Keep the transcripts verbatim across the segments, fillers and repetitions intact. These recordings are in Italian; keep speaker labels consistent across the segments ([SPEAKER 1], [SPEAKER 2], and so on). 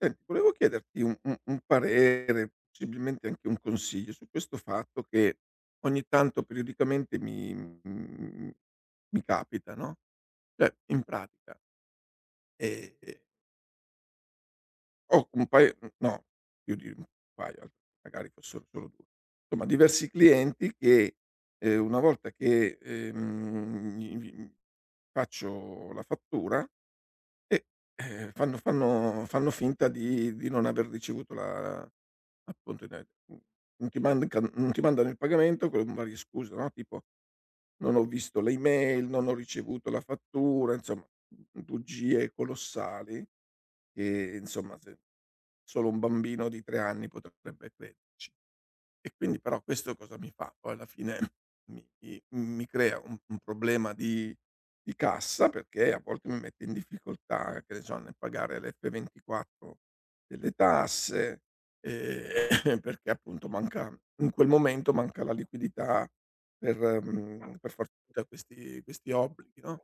[SPEAKER 1] Senti, volevo chiederti un un un parere, possibilmente anche un consiglio su questo fatto che ogni tanto periodicamente mi mhmm, mi capita, no, cioè in pratica, ehm, ho un paio no, più di un paio, magari fossero solo due, insomma diversi clienti che, ehm, una volta che, ehm, gli gli faccio la fattura e, ehm, fanno fanno fanno finta di di non aver ricevuto la appunto i de mhmm, non ti mancan non ti mandano il pagamento con varie scuse, no, tipo: "Non ho visto le email, non ho ricevuto la fattura", insomma, mhmm, bugie colossali che, insomma, se solo un bambino di tre anni potrebbe crederci. E quindi però questo cosa mi fa? Poi alla fine mi mi mi crea un un problema di di cassa, perché a volte mi mette in difficoltà, che ne so, nel pagare l'F ventiquattro delle tasse, ehm, perché appunto manca in quel momento manca la liquidità per mhmm, per far fronte a questi questi obblighi, no,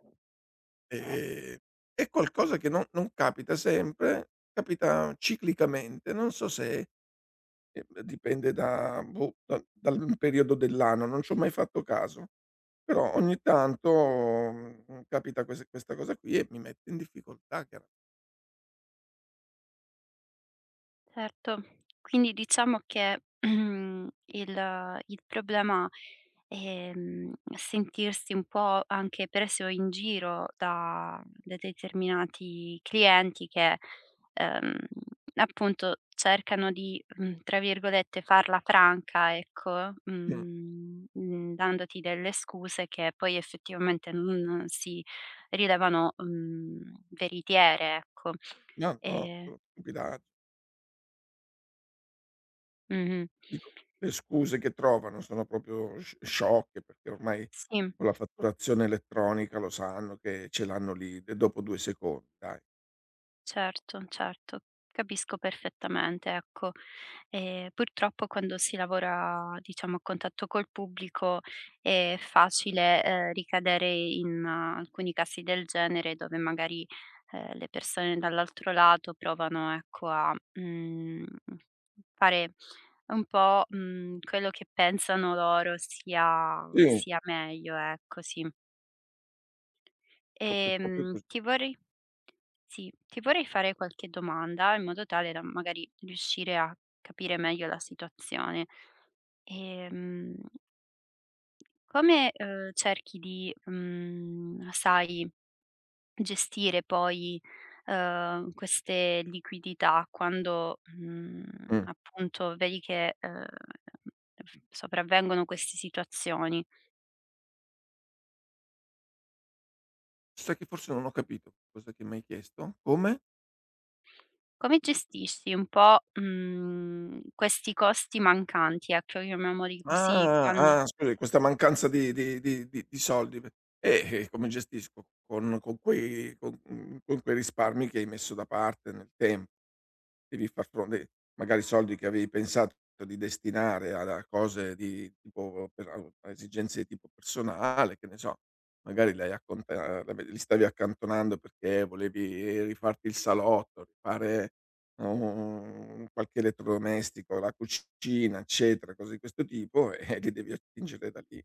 [SPEAKER 1] ehm, è qualcosa che non non capita sempre, capita ciclicamente, non so se ehm, dipende da boh, da dal periodo dell'anno, non c'ho mai fatto caso, però ogni tanto, mhmm, capita quest questa cosa qui e mi mette in difficoltà chiara.
[SPEAKER 2] Certo. Quindi diciamo che, mhmm, il il problema è, mhmm, sentirsi un po' anche preso in giro da da determinati clienti che, ehm, appunto cercano di, mhmm, tra virgolette, "farla franca", ecco,
[SPEAKER 1] Mh.
[SPEAKER 2] mhmm, mhmm, dandoti delle scuse che poi effettivamente non si rilevano, mhmm, veritiere, ecco.
[SPEAKER 1] No, no,
[SPEAKER 2] Ehm
[SPEAKER 1] sono stupidaggi.
[SPEAKER 2] mh-mh.
[SPEAKER 1] Dico, le scuse che trovano sono proprio sci sciocche, perché ormai
[SPEAKER 2] Sì,
[SPEAKER 1] con la fatturazione elettronica lo sanno che ce l'hanno lì d dopo due secondi, dai.
[SPEAKER 2] certo, certo. Capisco perfettamente, ecco. Ehm, purtroppo quando si lavora, diciamo, a contatto col pubblico è facile, ehm, ricadere in eh, alcuni casi del genere dove magari, ehm, le persone dall'altro lato provano, ecco, a, mhmm, fare un po', mhmm, quello che pensano loro sia
[SPEAKER 1] Sì,
[SPEAKER 2] sia meglio, ecco, sì.
[SPEAKER 1] proprio proprio
[SPEAKER 2] Ehm,
[SPEAKER 1] così.
[SPEAKER 2] ti vorrei sì, Ti vorrei fare qualche domanda in modo tale da magari riuscire a capire meglio la situazione. Ehm, Come, uhm, cerchi di, mhmm, sai, gestire poi, uhm, queste liquidità quando, mhmm,
[SPEAKER 1] Mh.
[SPEAKER 2] appunto vedi che, uhm, sopravvengono queste situazioni?
[SPEAKER 1] Sai che forse non ho capito cosa ti ho mai chiesto? Come?
[SPEAKER 2] Come gestisci un po', mhmm, questi costi mancanti, ecco, chiamiamoli così, quando
[SPEAKER 1] Ah, ah, scusi, questa mancanza di di di di di soldi p eh, e come gestisco? Con con quei con mhmm, con quei risparmi che hai messo da parte nel tem devi far fronte magari soldi che avevi pensato di destinare ad a cose di tipo per a a esigenze di tipo personale, che ne so, magari li hai acconta la li stavi accantonando perché volevi rifarti il salotto, rifare un qualche elettrodomestico, la cucina, eccetera, cose di questo tipo e li devi attingere da lì.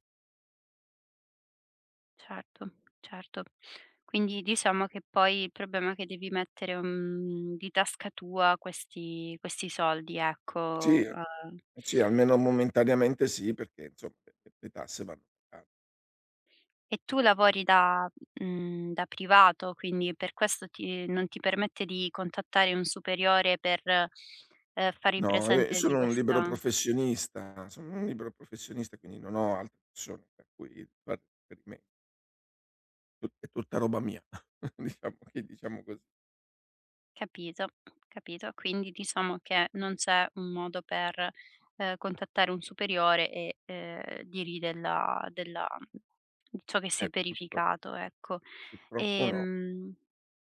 [SPEAKER 2] certo, certo. Quindi diciamo che poi il problema è che devi mettere, mhmm, di tasca tua questi questi soldi, ecco,
[SPEAKER 1] Sì,
[SPEAKER 2] uhm,
[SPEAKER 1] sì, almeno momentaneamente sì, perché insomma le le tasse vanno pa.
[SPEAKER 2] e tu lavori da mhmm, da privato, quindi per questo ti non ti permette di contattare un superiore per, ehm, fargli
[SPEAKER 1] No, ehm, io
[SPEAKER 2] presente di
[SPEAKER 1] sono un libero
[SPEAKER 2] questa.
[SPEAKER 1] professionista, sono un libero professionista, quindi non ho altre persone per cui far riferime tut è tutta roba mia, diciamo che diciamo così.
[SPEAKER 2] Capito, capito. Quindi diciamo che non c'è un modo per, ehm, contattare un superiore e, ehm, dirgli della della di ciò che si è
[SPEAKER 1] Eh, purtro
[SPEAKER 2] verificato, ecco.
[SPEAKER 1] purtroppo no.
[SPEAKER 2] Ehm,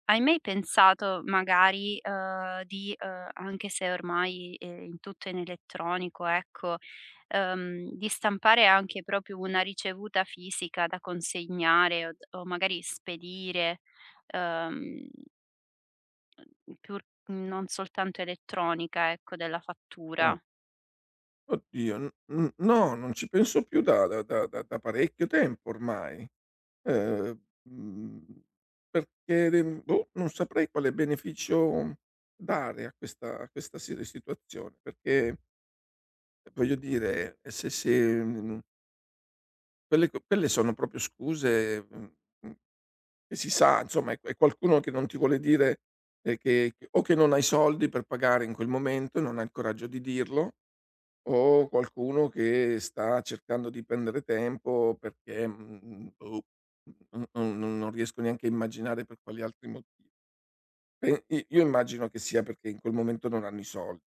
[SPEAKER 2] Hai mai pensato magari, uhm, di uhm, anche se ormai, ehm, tutto è in elettronico, ecco, uhm, di stampare anche proprio una ricevuta fisica da consegnare o d o magari spedire? Uhm Mhmm, Più non soltanto elettronica, ecco, della
[SPEAKER 1] Mh.
[SPEAKER 2] fattura.
[SPEAKER 1] Oddio, n n no, non ci penso più da da da da da parecchio tempo ormai, ehm, mhmm, perché, ehm, boh, non saprei quale beneficio dare a questa a questa si situazione, perché voglio dire, se se, mhmm. Quelle co quelle sono proprio scuse, mhmm, mhmm, che si sa insomma è è qualcuno che non ti vuole dire, ehm, che che o che non ha i soldi per pagare in quel momento e non ha il coraggio di dirlo, o qualcuno che sta cercando di prendere tempo perché, mhmm, boh, n non non non riesco neanche a immaginare per quali altri motivi. E i io immagino che sia perché in quel momento non hanno i soldi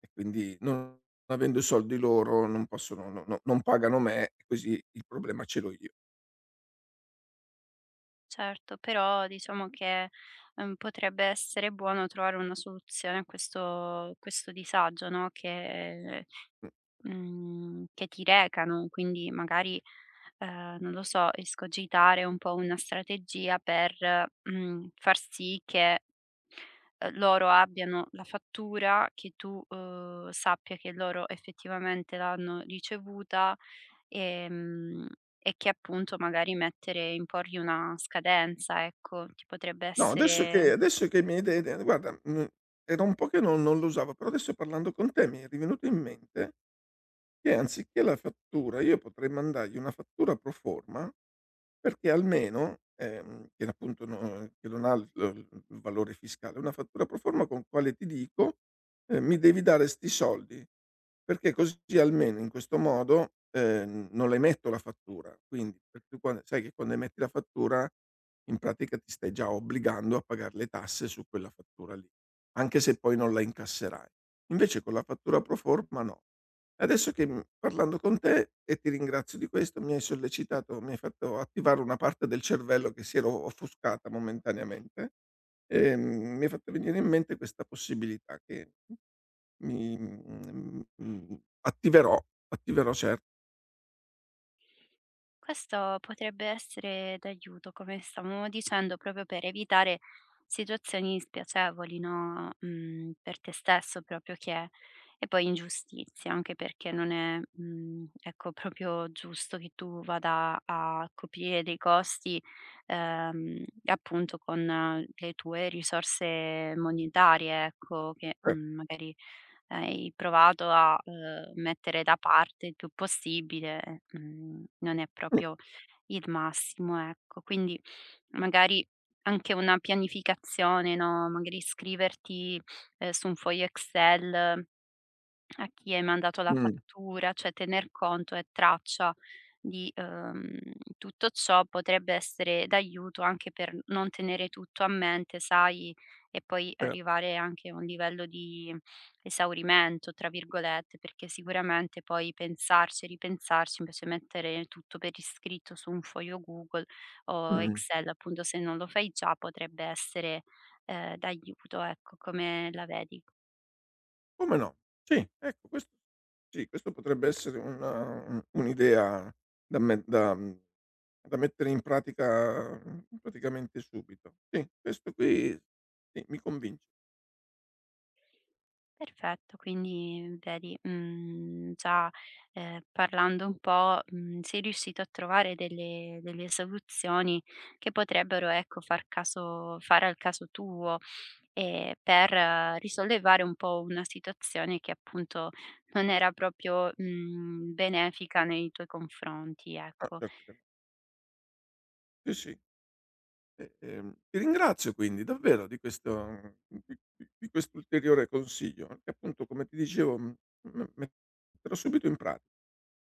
[SPEAKER 1] e quindi non avendo i soldi loro non possono no no non pagano me e così il problema ce l'ho io. Mh.
[SPEAKER 2] Certo, però diciamo che, uhm, potrebbe essere buono trovare una soluzione a questo questo disagio, no, che Mhmm, che ti recano, quindi magari, ehm, non lo so, escogitare un po' una strategia per, mhmm, far sì che, ehm, loro abbiano la fattura, che tu, uhm, sappia che loro effettivamente l'hanno ricevuta, ehm, e che appunto magari mettere imporgli una scadenza, ecco. Ci potrebbe
[SPEAKER 1] No, adesso che
[SPEAKER 2] essere.
[SPEAKER 1] adesso che mi hai de de guarda, mhmm, era un po' che non non lo usavo, però adesso parlando con te mi è rivenuto in mente che anziché la fattura io potrei mandargli una fattura pro forma, perché almeno ehm, che appunto no che non ha il il valore fiscale, una fattura pro forma con quale ti dico: "Ehm, mi devi dare 'sti soldi", perché così almeno in questo modo, ehm, non la emetto la fattura. Quindi perché tu quan sai che quando emetti la fattura, in pratica ti stai già obbligando a pagar le tasse su quella fattura lì, anche se poi non la incasserai. Invece con la fattura pro forma no. Adesso che, mhmm, parlando con te, e ti ringrazio di questo, mi hai sollecitato mi hai fatto attivare una parte del cervello che si era o offuscata momentaneamente, ehm, mi hai fatto venire in mente questa possibilità che mi mhmm, mhmm, attiverò, attiverò cer
[SPEAKER 2] Questo potrebbe essere d'aiuto, come stavamo dicendo, proprio per evitare situazioni spiacevoli, no, mhmm, per te stesso proprio che e poi ingiustizie, anche perché non è, mhmm, ecco, proprio giusto che tu vada a coprire dei costi, ehm, appunto con eh, le tue risorse monetarie, ecco, che,
[SPEAKER 1] cer
[SPEAKER 2] mhmm, magari hai provato a, uhm, mettere da parte il più possibile, mhmm, non è
[SPEAKER 1] mh,
[SPEAKER 2] proprio il massimo, ecco. Quindi magari anche una pianificazione, no, magari scriverti, ehm, su un foglio Excel a chi hai mandato la
[SPEAKER 1] mh,
[SPEAKER 2] fattura, cioè tener conto e traccia di, uhm, tutto ciò potrebbe essere d'aiuto anche per non tenere tutto a mente, sai, e poi
[SPEAKER 1] eh,
[SPEAKER 2] arrivare anche a un livello di "esaurimento", tra virgolette, perché sicuramente poi pensarci e ripensarci, invece mettere tutto per iscritto su un foglio Google o
[SPEAKER 1] mh.
[SPEAKER 2] Excel, appunto, se non lo fai già, potrebbe essere, ehm, d'aiuto, ecco. Come la vedi?
[SPEAKER 1] Come no? Sì, ecco questo sì, questo potrebbe essere una un un'idea da me da mhmm da mettere in pratica, mhmm, praticamente subito. Sì, questo qui sì, mi convince.
[SPEAKER 2] Perfetto, quindi vedi, mhmm, già, ehm, parlando un po', mhmm, sei riuscito a trovare delle delle soluzioni che potrebbero, ecco, far caso fare al caso tuo, ehm, per eh, risollevare un po' una situazione che appunto non era proprio, mhmm, benefica nei tuoi confronti,
[SPEAKER 1] Ah,
[SPEAKER 2] ecco.
[SPEAKER 1] certo che no. Sì, sì. E, ehm, ti ringrazio quindi davvero di questo mhmm, di di di quest'ulteriore consiglio, perché appunto come ti dicevo, mhmm, m metterò subito in prati.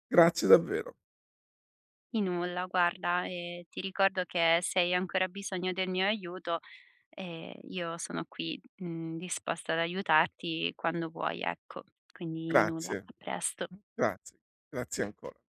[SPEAKER 1] Grazie davvero.
[SPEAKER 2] Di nulla, guarda, ehm, ti ricordo che se hai ancora bisogno del mio aiuto. Ehm, io sono qui, mhmm, disposta ad aiutarti quando vuoi, ecco. Quindi nulla,
[SPEAKER 1] Grazie.
[SPEAKER 2] a presto.
[SPEAKER 1] Grazie. Grazie ancora.